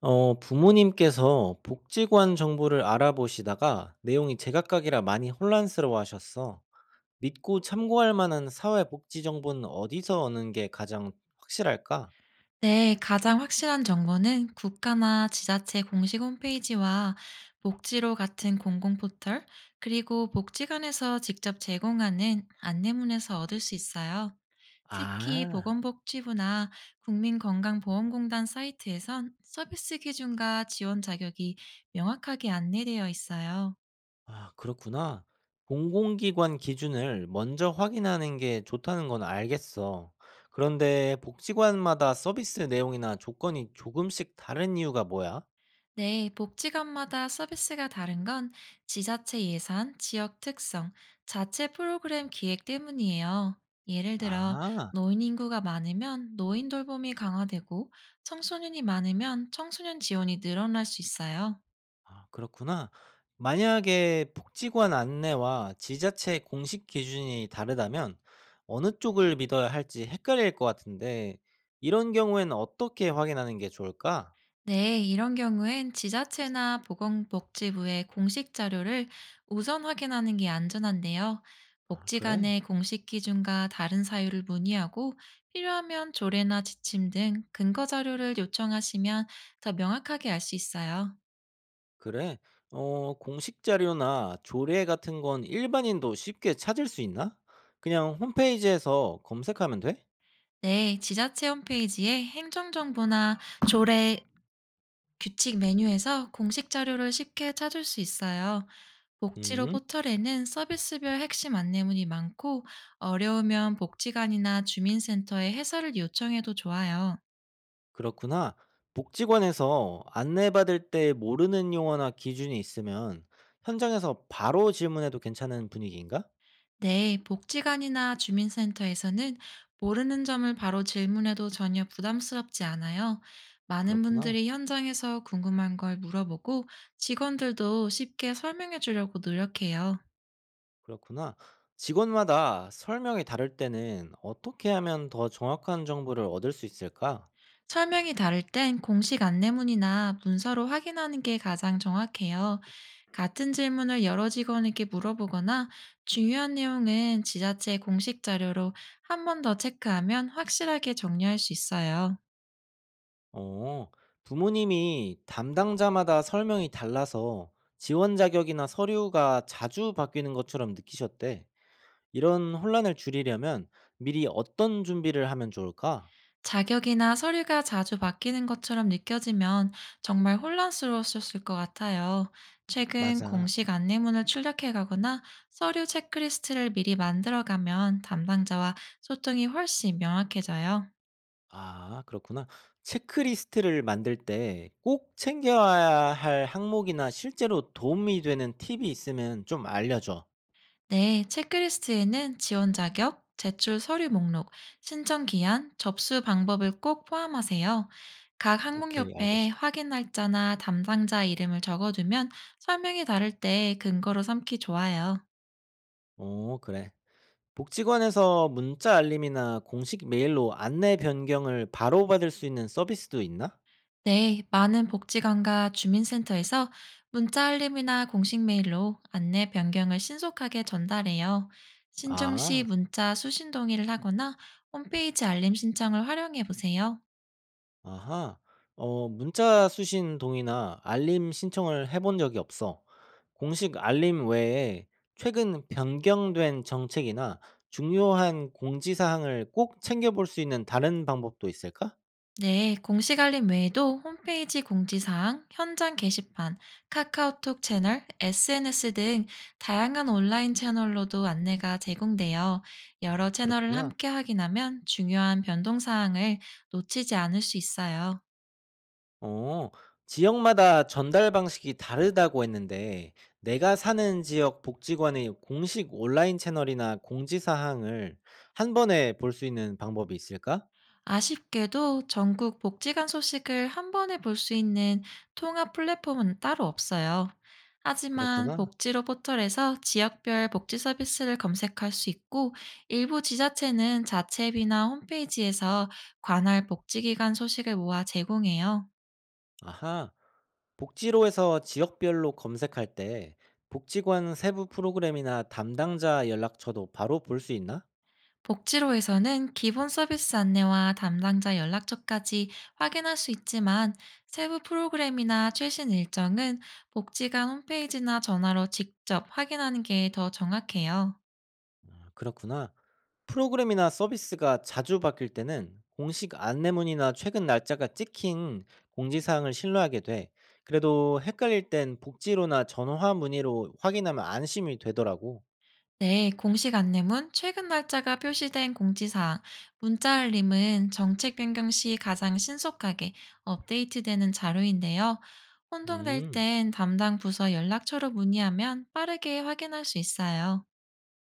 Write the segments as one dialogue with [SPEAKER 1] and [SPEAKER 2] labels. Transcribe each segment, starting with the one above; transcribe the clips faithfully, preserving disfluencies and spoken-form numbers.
[SPEAKER 1] 어, 부모님께서 복지관 정보를 알아보시다가 내용이 제각각이라 많이 혼란스러워 하셨어. 믿고 참고할 만한 사회복지 정보는 어디서 얻는 게 가장 확실할까?
[SPEAKER 2] 네, 가장 확실한 정보는 국가나 지자체 공식 홈페이지와 복지로 같은 공공 포털, 그리고 복지관에서 직접 제공하는 안내문에서 얻을 수 있어요. 특히
[SPEAKER 1] 아,
[SPEAKER 2] 보건복지부나 국민건강보험공단 사이트에선 서비스 기준과 지원 자격이 명확하게 안내되어 있어요.
[SPEAKER 1] 아, 그렇구나. 공공기관 기준을 먼저 확인하는 게 좋다는 건 알겠어. 그런데 복지관마다 서비스 내용이나 조건이 조금씩 다른 이유가 뭐야?
[SPEAKER 2] 네, 복지관마다 서비스가 다른 건 지자체 예산, 지역 특성, 자체 프로그램 기획 때문이에요. 예를 들어,
[SPEAKER 1] 아.
[SPEAKER 2] 노인 인구가 많으면 노인 돌봄이 강화되고, 청소년이 많으면 청소년 지원이 늘어날 수 있어요.
[SPEAKER 1] 아 그렇구나. 만약에 복지관 안내와 지자체 공식 기준이 다르다면 어느 쪽을 믿어야 할지 헷갈릴 것 같은데 이런 경우에는 어떻게 확인하는 게 좋을까?
[SPEAKER 2] 네, 이런 경우엔 지자체나 보건복지부의 공식 자료를 우선 확인하는 게 안전한데요.
[SPEAKER 1] 아
[SPEAKER 2] 복지
[SPEAKER 1] 그래?
[SPEAKER 2] 간의 공식 기준과 다른 사유를 문의하고 필요하면 조례나 지침 등 근거 자료를 요청하시면 더 명확하게 알 수 있어요.
[SPEAKER 1] 그래? 어 공식 자료나 조례 같은 건 일반인도 쉽게 찾을 수 있나? 그냥 홈페이지에서 검색하면 돼?
[SPEAKER 2] 네, 지자체 홈페이지에 행정정보나 조례, 규칙 메뉴에서 공식 자료를 쉽게 찾을 수 있어요. 복지로
[SPEAKER 1] 음.
[SPEAKER 2] 포털에는 서비스별 핵심 안내문이 많고 어려우면 복지관이나 주민센터에 해설을 요청해도 좋아요.
[SPEAKER 1] 그렇구나. 복지관에서 안내받을 때 모르는 용어나 기준이 있으면 현장에서 바로 질문해도 괜찮은 분위기인가?
[SPEAKER 2] 네, 복지관이나 주민센터에서는 모르는 점을 바로 질문해도 전혀 부담스럽지 않아요. 많은
[SPEAKER 1] 그렇구나.
[SPEAKER 2] 분들이 현장에서 궁금한 걸 물어보고 직원들도 쉽게 설명해 주려고 노력해요.
[SPEAKER 1] 그렇구나. 직원마다 설명이 다를 때는 어떻게 하면 더 정확한 정보를 얻을 수 있을까?
[SPEAKER 2] 설명이 다를 땐 공식 안내문이나 문서로 확인하는 게 가장 정확해요. 같은 질문을 여러 직원에게 물어보거나 중요한 내용은 지자체 공식 자료로 한 번 더 체크하면 확실하게 정리할 수 있어요.
[SPEAKER 1] 어, 부모님이 담당자마다 설명이 달라서 지원 자격이나 서류가 자주 바뀌는 것처럼 느끼셨대. 이런 혼란을 줄이려면 미리 어떤 준비를 하면 좋을까?
[SPEAKER 2] 자격이나 서류가 자주 바뀌는 것처럼 느껴지면 정말 혼란스러웠을 것 같아요. 최근
[SPEAKER 1] 맞아.
[SPEAKER 2] 공식 안내문을 출력해 가거나 서류 체크리스트를 미리 만들어 가면 담당자와 소통이 훨씬 명확해져요.
[SPEAKER 1] 아 그렇구나. 체크리스트를 만들 때 꼭 챙겨야 할 항목이나 실제로 도움이 되는 팁이 있으면 좀 알려줘.
[SPEAKER 2] 네, 체크리스트에는 지원 자격, 제출 서류 목록, 신청 기한, 접수 방법을 꼭 포함하세요. 각 항목
[SPEAKER 1] 오케이
[SPEAKER 2] 옆에
[SPEAKER 1] 알겠어.
[SPEAKER 2] 확인 날짜나 담당자 이름을 적어두면 설명이 다를 때 근거로 삼기 좋아요.
[SPEAKER 1] 오 그래. 복지관에서 문자 알림이나 공식 메일로 안내 변경을 바로 받을 수 있는 서비스도 있나?
[SPEAKER 2] 네, 많은 복지관과 주민센터에서 문자 알림이나 공식 메일로 안내 변경을 신속하게 전달해요. 신청 시
[SPEAKER 1] 아.
[SPEAKER 2] 문자 수신 동의를 하거나 홈페이지 알림 신청을 활용해 보세요.
[SPEAKER 1] 아하. 어 문자 수신 동의나 알림 신청을 해본 적이 없어. 공식 알림 외에 최근 변경된 정책이나 중요한 공지 사항을 꼭 챙겨 볼 수 있는 다른 방법도 있을까?
[SPEAKER 2] 네, 공식 알림 외에도 홈페이지 공지사항, 현장 게시판, 카카오톡 채널, 에스엔에스 등 다양한 온라인 채널로도 안내가 제공되어 여러
[SPEAKER 1] 음
[SPEAKER 2] 채널을
[SPEAKER 1] 그렇구나.
[SPEAKER 2] 함께 확인하면 중요한 변동사항을 놓치지 않을 수 있어요.
[SPEAKER 1] 어. 지역마다 전달 방식이 다르다고 했는데 내가 사는 지역 복지관의 공식 온라인 채널이나 공지 사항을 한 번에 볼 수 있는 방법이 있을까?
[SPEAKER 2] 아쉽게도 전국 복지관 소식을 한 번에 볼 수 있는 통합 플랫폼은 따로 없어요. 하지만
[SPEAKER 1] 그렇구나.
[SPEAKER 2] 복지로 포털에서 지역별 복지 서비스를 검색할 수 있고 일부 지자체는 자체 앱이나 홈페이지에서 관할 복지기관 소식을 모아 제공해요.
[SPEAKER 1] 아하. 복지로에서 지역별로 검색할 때 복지관 세부 프로그램이나 담당자 연락처도 바로 볼 수 있나?
[SPEAKER 2] 복지로에서는 기본 서비스 안내와 담당자 연락처까지 확인할 수 있지만 세부 프로그램이나 최신 일정은 복지관 홈페이지나 전화로 직접 확인하는 게 더 정확해요.
[SPEAKER 1] 아, 그렇구나. 프로그램이나 서비스가 자주 바뀔 때는 공식 안내문이나 최근 날짜가 찍힌 공지사항을 신뢰하게 돼. 그래도 헷갈릴 땐 복지로나 전화 문의로 확인하면 안심이 되더라고.
[SPEAKER 2] 네, 공식 안내문, 최근 날짜가 표시된 공지사항, 문자 알림은 정책 변경 시 가장 신속하게 업데이트되는 자료인데요. 혼동될
[SPEAKER 1] 음.
[SPEAKER 2] 땐 담당 부서 연락처로 문의하면 빠르게 확인할 수 있어요.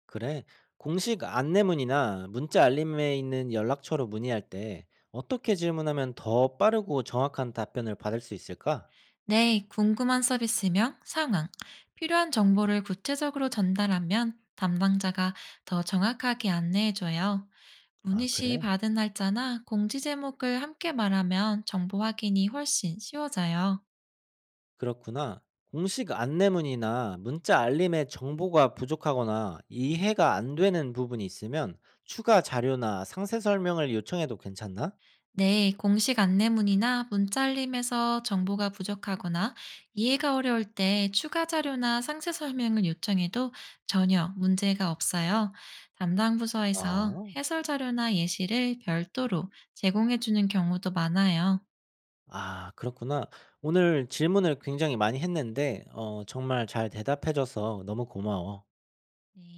[SPEAKER 1] 그래. 공식 안내문이나 문자 알림에 있는 연락처로 문의할 때 어떻게 질문하면 더 빠르고 정확한 답변을 받을 수 있을까?
[SPEAKER 2] 네, 궁금한 서비스명, 상황, 필요한 정보를 구체적으로 전달하면 담당자가 더 정확하게 안내해줘요.
[SPEAKER 1] 아,
[SPEAKER 2] 문의 시
[SPEAKER 1] 그래?
[SPEAKER 2] 받은 날짜나 공지 제목을 함께 말하면 정보 확인이 훨씬 쉬워져요.
[SPEAKER 1] 그렇구나. 공식 안내문이나 문자 알림에 정보가 부족하거나 이해가 안 되는 부분이 있으면 추가 자료나 상세 설명을 요청해도 괜찮나?
[SPEAKER 2] 네, 공식 안내문이나 문자 알림에서 정보가 부족하거나 이해가 어려울 때 추가 자료나 상세 설명을 요청해도 전혀 문제가 없어요. 담당 부서에서
[SPEAKER 1] 어,
[SPEAKER 2] 해설 자료나 예시를 별도로 제공해 주는 경우도 많아요.
[SPEAKER 1] 아, 그렇구나. 오늘 질문을 굉장히 많이 했는데, 어, 정말 잘 대답해줘서 너무 고마워.
[SPEAKER 2] 네.